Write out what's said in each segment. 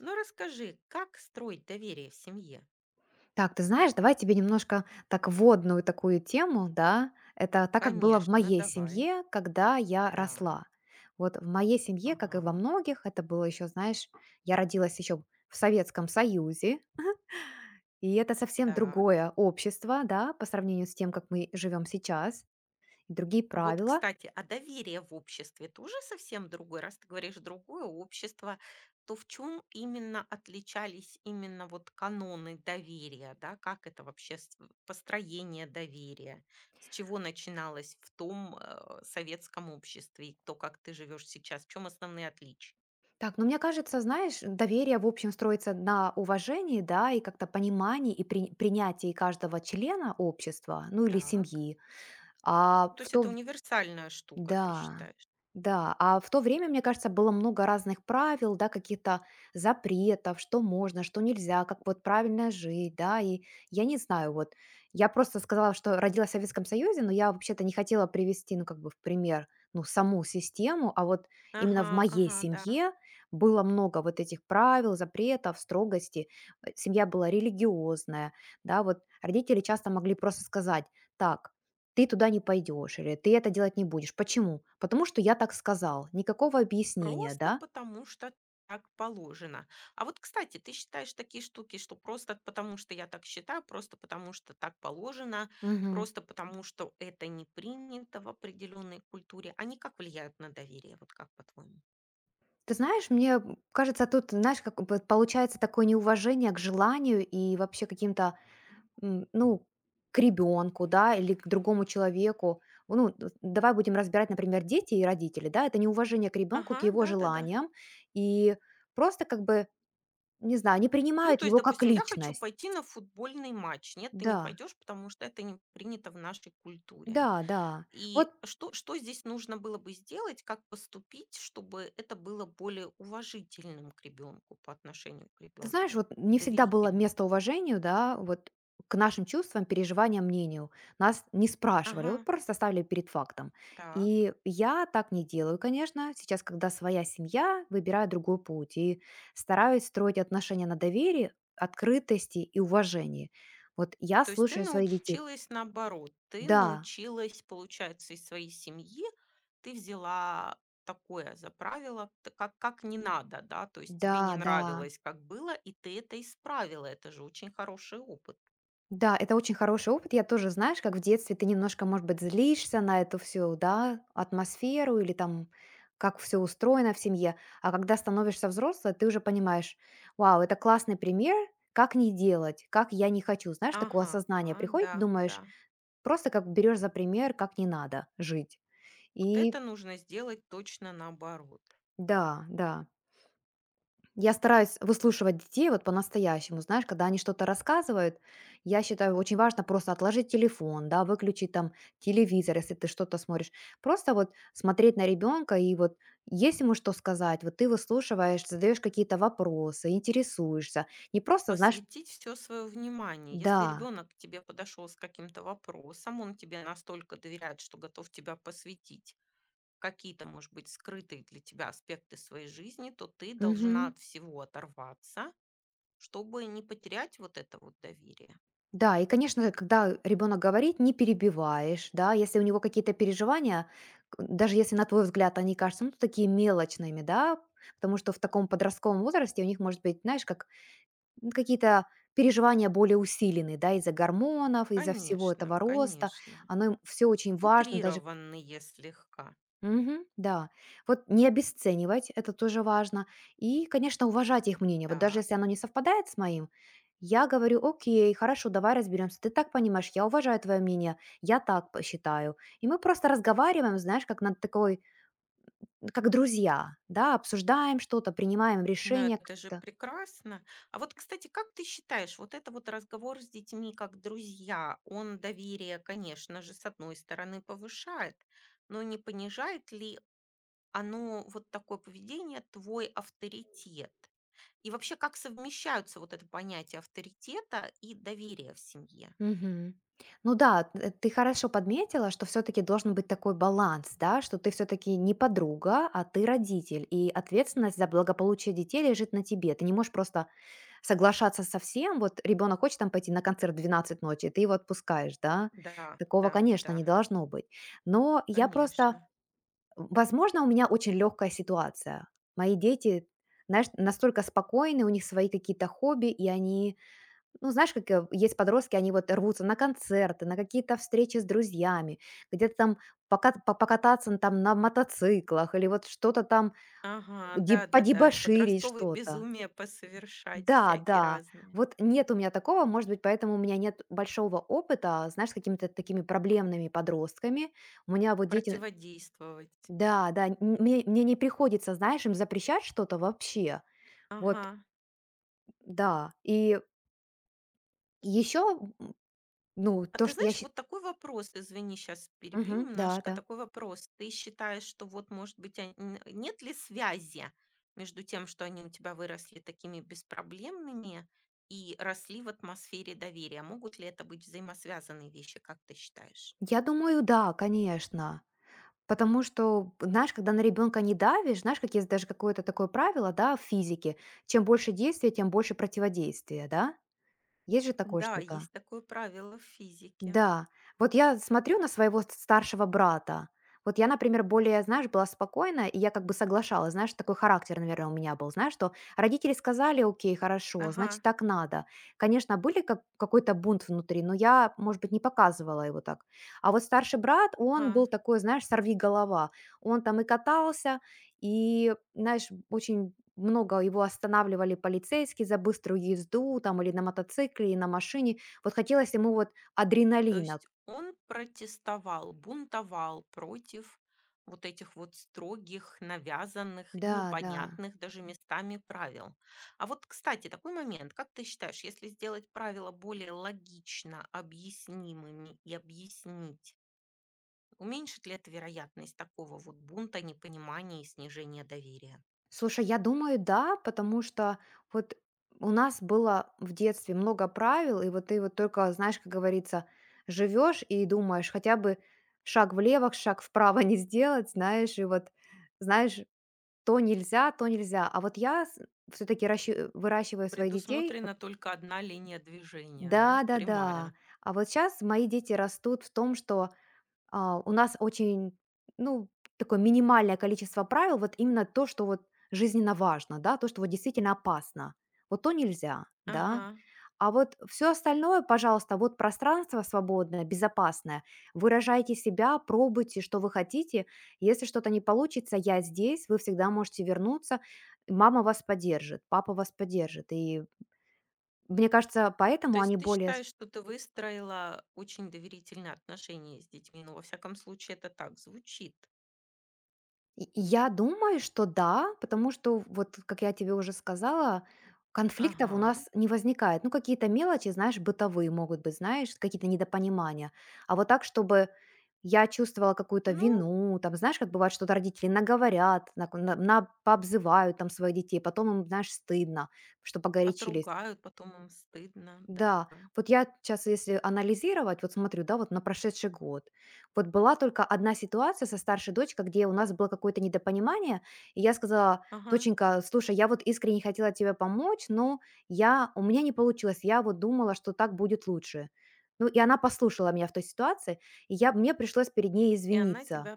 Ну, расскажи, как строить доверие в семье? Так, ты знаешь, давай тебе немножко так вводную такую тему, да. Это так, как было в Конечно, моей давай. семье, когда я Да. росла. Вот в моей семье, как и во Ага. многих, это было еще, знаешь, я родилась еще в Советском Союзе, и это совсем Так. другое общество, да, по сравнению с тем, как мы живем сейчас, и другие Вот, правила. кстати, а доверие в обществе тоже совсем другое. Раз ты говоришь другое общество, то в чем именно отличались именно вот каноны доверия, да? Как это вообще построение доверия? С чего начиналось в том советском обществе и то, как ты живешь сейчас? В чем основные отличия? Так, но мне кажется, знаешь, доверие, в общем, строится на уважении, да, и как-то понимании и принятии каждого члена общества, ну или Так. семьи, а То в есть то это универсальная штука, ты Да, считаешь? да. А в то время, мне кажется, было много разных правил, да, каких-то запретов, что можно, что нельзя, как вот правильно жить, да. И я не знаю, вот я просто сказала, что родилась в Советском Союзе, но я вообще-то не хотела привести, ну, как бы в пример, ну, саму систему, а вот именно Ага, в моей ага, да. семье было много вот этих правил, запретов, строгости. Семья была религиозная, да, вот родители часто могли просто сказать, так, ты туда не пойдешь или ты это делать не будешь. Почему? Потому что я так сказал. Никакого объяснения, Просто да? потому что так положено. А вот, кстати, ты считаешь такие штуки, что просто потому что я так считаю, просто потому что так положено, Мгм. просто потому что это не принято в определенной культуре, они как влияют на доверие, вот как по-твоему? Ты знаешь, мне кажется, тут, знаешь, как бы получается такое неуважение к желанию и вообще каким-то, ну, к ребенку, да, или к другому человеку. Ну, давай будем разбирать, например, дети и родители, да, это неуважение к ребенку, Ага, к его да-да-да. желаниям, и просто как бы, не знаю, не Ну, принимают то есть, его как допустим, я хочу личность. пойти на футбольный матч. Нет, ты не Да, пойдешь, потому что это не принято в нашей культуре. да, да. И Вот. что, что здесь нужно было бы сделать, как поступить, чтобы это было более уважительным к ребенку по отношению к Ты знаешь, ребенку вот и не всегда было доверительным? место уважению, да, вот к нашим чувствам, переживаниям, мнению. Нас не спрашивали, вот Ага, просто ставили перед фактом. так. И я так не делаю, конечно, сейчас, когда своя семья, выбираю другой путь и стараюсь строить отношения на доверии, открытости и уважении. Вот я То есть ты слушаю своих детей. научилась наоборот, ты Да, научилась, получается, из своей семьи, ты взяла такое за правило, как не надо, да, то есть тебе не да, да. нравилось, как было, и ты это исправила, это же очень хороший опыт. Да, это очень хороший опыт. Я тоже, знаешь, как в детстве ты немножко, может быть, злишься на эту всю, да, атмосферу или там как все устроено в семье. А когда становишься взрослой, ты уже понимаешь, вау, это классный пример, как не делать, как я не хочу. Знаешь, такое Ага, осознание приходит, да, думаешь, да. просто как берешь за пример, как не надо жить. Вот И это нужно сделать точно наоборот. да, да. Я стараюсь выслушивать детей вот по-настоящему, знаешь, когда они что-то рассказывают, я считаю, очень важно просто отложить телефон, да, выключить там телевизор, если ты что-то смотришь. Просто вот смотреть на ребенка и вот есть ему что сказать, вот ты выслушиваешь, задаешь какие-то вопросы, интересуешься. Не просто, знаешь, Посвятить все свое внимание. Если да. ребенок к тебе подошел с каким-то вопросом, он тебе настолько доверяет, что готов тебя посвятить какие-то, может быть, скрытые для тебя аспекты своей жизни, то ты должна от всего оторваться, чтобы не потерять вот это вот доверие. Да, и, конечно, когда ребенок говорит, не перебиваешь, да, если у него какие-то переживания, даже если на твой взгляд они кажутся ну, такие мелочными, да, потому что в таком подростковом возрасте у них может быть, знаешь, как ну, какие-то переживания более усиленные, да, из-за гормонов, из-за всего Конечно, этого роста, конечно. оно им все очень важно, даже Утрированные слегка. Мгм. Да. Вот не обесценивать, это тоже важно. И, конечно, уважать их мнение. Вот даже Так. если оно не совпадает с моим, я говорю, окей, хорошо, давай разберемся. Ты так понимаешь, я уважаю твое мнение, я так посчитаю. И мы просто разговариваем, знаешь, как над такой, ну, как друзья, да, обсуждаем что-то, принимаем Ну, решение. это же прекрасно. А вот, кстати, как ты считаешь, вот это вот разговор с детьми как друзья, он доверие, конечно же, с одной стороны повышает, но не понижает ли оно, вот такое поведение, твой авторитет? И вообще, как совмещаются вот это понятие авторитета и доверия в семье? Мгм. Ну да, ты хорошо подметила, что все-таки должен быть такой баланс, да, что ты все-таки не подруга, а ты родитель, и ответственность за благополучие детей лежит на тебе. Ты не можешь просто соглашаться со всем, вот ребенок хочет там пойти на концерт в 12 ночи, ты его отпускаешь, да, Да, такого, да, конечно, да, не должно быть. Но я просто, конечно. возможно, у меня очень легкая ситуация. Мои дети, знаешь, настолько спокойны, у них свои какие-то хобби, и они ну, знаешь, как есть подростки, они вот рвутся на концерты, на какие-то встречи с друзьями, где-то там покататься там на мотоциклах или вот что-то там Ага, да, да, да. подебоширить Подростковые что-то. безумия посовершать Да, всякие да. разные, Вот нет у меня такого, может быть, поэтому у меня нет большого опыта, знаешь, с какими-то такими проблемными подростками. У меня вот дети... противодействовать. Да, да, мне не приходится, знаешь, им запрещать что-то вообще. Ага. Вот, да. И еще, ну, А то, ты что знаешь, вот такой вопрос, извини, сейчас перебью Мгм, да, немножко, да. такой вопрос. Ты считаешь, что вот, может быть, нет ли связи между тем, что они у тебя выросли такими беспроблемными и росли в атмосфере доверия? Могут ли это быть взаимосвязанные вещи, как ты считаешь? Я думаю, да, конечно. Потому что, знаешь, когда на ребенка не давишь, знаешь, как есть даже какое-то такое правило, да, в физике, чем больше действия, тем больше противодействия, да? Есть же такое Да, что-то? есть такое правило в физике. Да, вот я смотрю на своего старшего брата. Вот я, например, более, знаешь, была спокойна, и я как бы соглашалась, знаешь, такой характер, наверное, у меня был, знаешь, что родители сказали, окей, хорошо, Ага, значит, так надо. Конечно, были как, какой-то бунт внутри, но я, может быть, не показывала его так. А вот старший брат, он был ага. такой, знаешь, сорви голова. Он там и катался, и, знаешь, очень много его останавливали полицейские за быструю езду там или на мотоцикле, и на машине. Вот хотелось ему вот То адреналина. есть он протестовал, бунтовал против вот этих вот строгих, навязанных, Да, да. непонятных даже местами правил. А вот, кстати, такой момент. Как ты считаешь, если сделать правила более логично объяснимыми и объяснить, уменьшит ли это вероятность такого вот бунта, непонимания и снижения доверия? Слушай, я думаю, да, потому что вот у нас было в детстве много правил, и вот ты вот только, знаешь, как говорится, живешь и думаешь, хотя бы шаг влево, шаг вправо не сделать, знаешь, и вот, знаешь, то нельзя, то нельзя. А вот я все-таки выращиваю своих детей. Предусмотрена только одна линия движения, да, Да, да, да. прямая. А вот сейчас мои дети растут в том, что А, у нас очень, ну, такое минимальное количество правил, вот именно то, что вот жизненно важно, да, то, что вот действительно опасно. Вот то нельзя, Ага. да. А вот все остальное, пожалуйста, вот пространство свободное, безопасное. Выражайте себя, пробуйте, что вы хотите. Если что-то не получится, я здесь, вы всегда можете вернуться. Мама вас поддержит, папа вас поддержит. И мне кажется, То поэтому они есть ты более... считаешь, что ты выстроила очень доверительные отношения с детьми? Ну, во всяком случае, это так звучит. И я думаю, что да, потому что, вот как я тебе уже сказала, конфликтов у Ага. нас не возникает. Ну, какие-то мелочи, знаешь, бытовые могут быть, знаешь, какие-то недопонимания. А вот так, чтобы я чувствовала какую-то Ну, вину, там, знаешь, как бывает, что родители наговорят, пообзывают там своих детей, потом им, знаешь, стыдно, что погорячились. отругают, потом им стыдно, да. Да, вот я сейчас, если анализировать, вот смотрю, да, вот на прошедший год, вот была только одна ситуация со старшей дочкой, где у нас было какое-то недопонимание, и я сказала, Ага. доченька, слушай, я вот искренне хотела тебе помочь, но у меня не получилось, я вот думала, что так будет лучше. Ну, и она послушала меня в той ситуации, и мне пришлось перед ней И она извиниться. тебя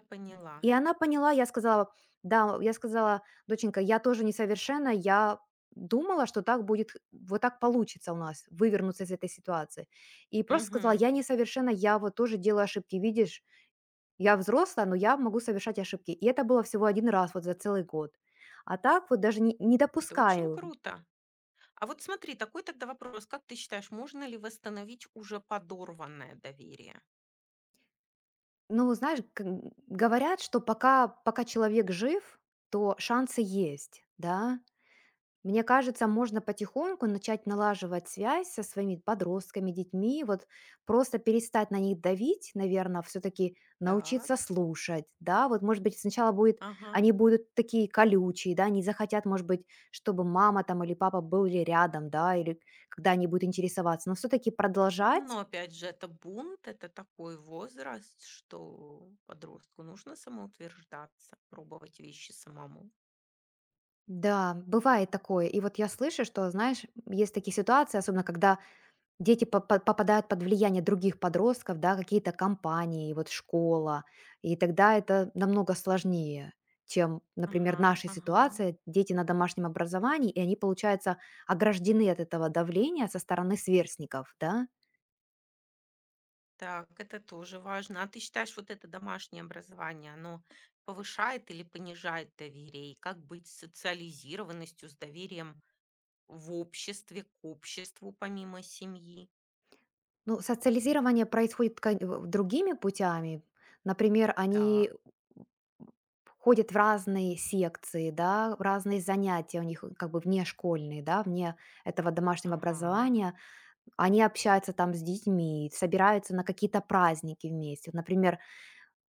И поняла. она поняла, я сказала: "Да". Я сказала: "Доченька, я тоже несовершенна. Я думала, что так будет, вот так получится у нас вывернуться из этой ситуации". И просто сказала: Мгм. "Я несовершенна, я вот тоже делаю ошибки. Видишь, я взрослая, но я могу совершать ошибки". И это было всего один раз вот за целый год. А так вот даже не Это очень допускаю. круто. А вот смотри, такой тогда вопрос. Как ты считаешь, можно ли восстановить уже подорванное доверие? Ну, знаешь, как говорят, что пока человек жив, то шансы есть, да. Мне кажется, можно потихоньку начать налаживать связь со своими подростками, детьми, вот просто перестать на них давить, наверное, все-таки Так. научиться слушать, да, вот, может быть, сначала будет, Ага. они будут такие колючие, да, не захотят, может быть, чтобы мама там или папа были рядом, да, или когда они будут интересоваться, но все-таки Но продолжать. опять же, это бунт, это такой возраст, что подростку нужно самоутверждаться, пробовать вещи самому. Да, бывает такое. И вот я слышу, что, знаешь, есть такие ситуации, особенно когда дети по попадают под влияние других подростков, да, какие-то компании, вот школа, и тогда это намного сложнее, чем, например, Ага, наша ага. ситуация. Дети на домашнем образовании, и они, получается, ограждены от этого давления со стороны сверстников, да. Так, это тоже важно. А ты считаешь, вот это домашнее образование, оно повышает или понижает доверие? И как быть с социализированностью, с доверием в обществе, к обществу помимо семьи? Ну, социализирование происходит кон в другими путями. Например, они Так, ходят в разные секции, да, в разные занятия у них как бы внешкольные, да, вне этого домашнего ага. образования. Они общаются там с детьми, собираются на какие-то праздники вместе. Вот, например,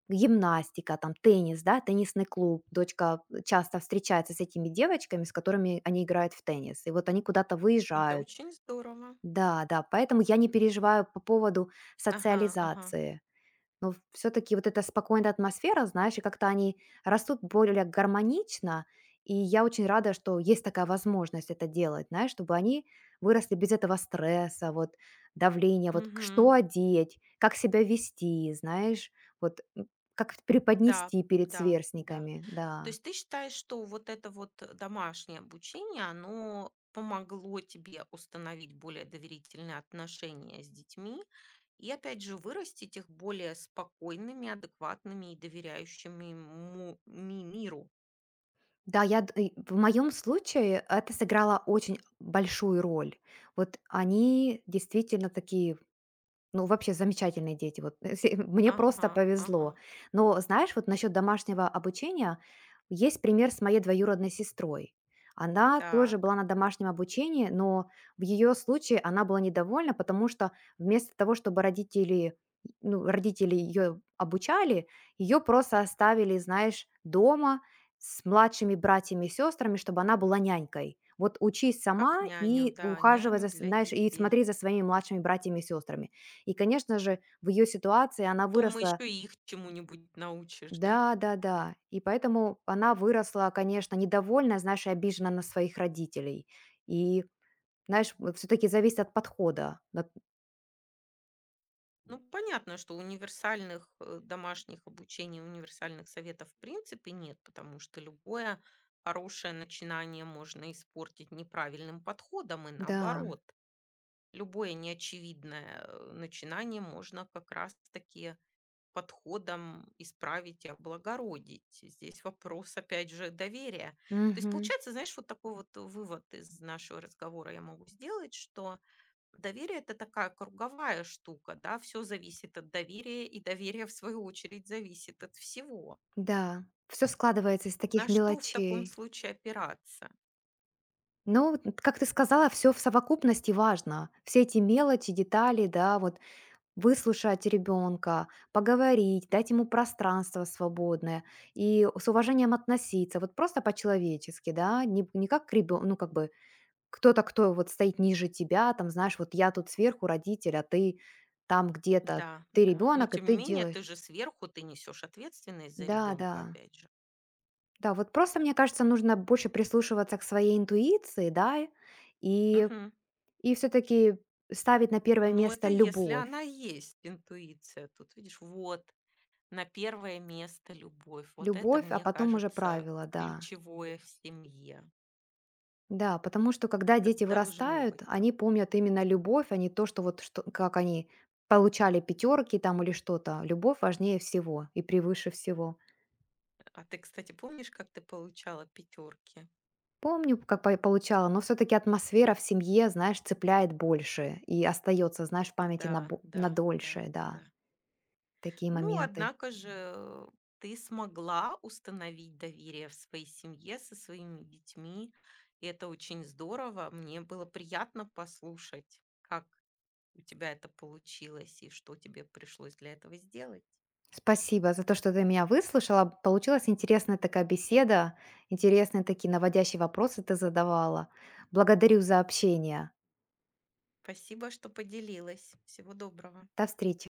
гимнастика, там теннис, да, теннисный клуб. Дочка часто встречается с этими девочками, с которыми они играют в теннис. И вот они куда-то Это выезжают. очень здорово. Да, да, поэтому я не переживаю по поводу Ага, ага. социализации. Но все-таки вот эта спокойная атмосфера, знаешь, и как-то они растут более гармонично, и я очень рада, что есть такая возможность это делать, знаешь, чтобы они выросли без этого стресса, вот давления, вот что Мгм. одеть, как себя вести, знаешь, вот как Да, преподнести перед да, да. сверстниками, То да. есть ты считаешь, что вот это вот, домашнее обучение, оно помогло тебе установить более доверительные отношения с детьми и, опять же, вырастить их более спокойными, адекватными и доверяющими му ми миру? Да, и в моем случае это сыграло очень большую роль. Вот они действительно такие... Ну, вообще замечательные дети. Вот се мне Ага, просто повезло. ага. Но знаешь, вот насчет домашнего обучения есть пример с моей двоюродной сестрой. Она тоже Так, была на домашнем обучении, но в ее случае она была недовольна, потому что вместо того, чтобы родители, ну, родители ее обучали, ее просто оставили, знаешь, дома с младшими братьями и сестрами, чтобы она была нянькой. Вот учись как сама няню, и да, ухаживай за, няню для знаешь, и детей. смотри за своими младшими братьями и сестрами. И, конечно же, в ее ситуации она Потом еще выросла. и их чему-нибудь научишь, да? Да-да-да. И поэтому она выросла, конечно, недовольная, знаешь, и обижена на своих родителей. И, знаешь, все таки зависит от подхода. Дат Ну, понятно, что универсальных домашних обучений, универсальных советов в принципе нет, потому что любое хорошее начинание можно испортить неправильным подходом и да. наоборот. Любое неочевидное начинание можно как раз-таки подходом исправить и облагородить. Здесь вопрос, опять же, доверия. То есть Мгм. получается, знаешь, вот такой вот вывод из нашего разговора я могу сделать, что доверие — это такая круговая штука, да, все зависит от доверия, и доверие, в свою очередь, зависит от всего. Да. Все складывается из таких На что в таком мелочей. случае опираться? Ну, вот, как ты сказала, все в совокупности важно. Все эти мелочи, детали, да, вот выслушать ребенка, поговорить, дать ему пространство свободное и с уважением относиться, вот просто по-человечески, да, не как к ребенку, ну, как бы кто-то, кто вот стоит ниже тебя, там, знаешь, вот я тут сверху родитель, а ты там где-то, Да, ты да. Но ребенок, и тем не ты менее, ты делаешь. же сверху, ты несешь ответственность за Да, да. ребенка, опять же. Да, вот просто, мне кажется, нужно больше прислушиваться к своей интуиции, да, и, Мгм. и все-таки ставить на первое Но место это если любовь. она есть, интуиция. Тут, видишь, вот на первое место любовь. Вот это, Любовь, а мне потом уже кажется, правила, да. ключевое в семье. Да, потому что когда Это дети должно вырастают, быть так. они помнят именно любовь, а не то, что вот что, как они получали пятерки там или что-то. Любовь важнее всего и превыше всего. А ты, кстати, помнишь, как ты получала пятерки? Помню, как получала, но все-таки атмосфера в семье, знаешь, цепляет больше и остается, знаешь, в памяти Да, на да, да, дольше, да, да. такие Ну, моменты. однако же ты смогла установить доверие в своей семье со своими детьми, и это очень здорово. Мне было приятно послушать, как у тебя это получилось и что тебе пришлось для этого сделать. Спасибо за то, что ты меня выслушала. Получилась интересная такая беседа, интересные такие наводящие вопросы ты задавала. Благодарю за общение. Спасибо, что поделилась. Всего доброго. До встречи.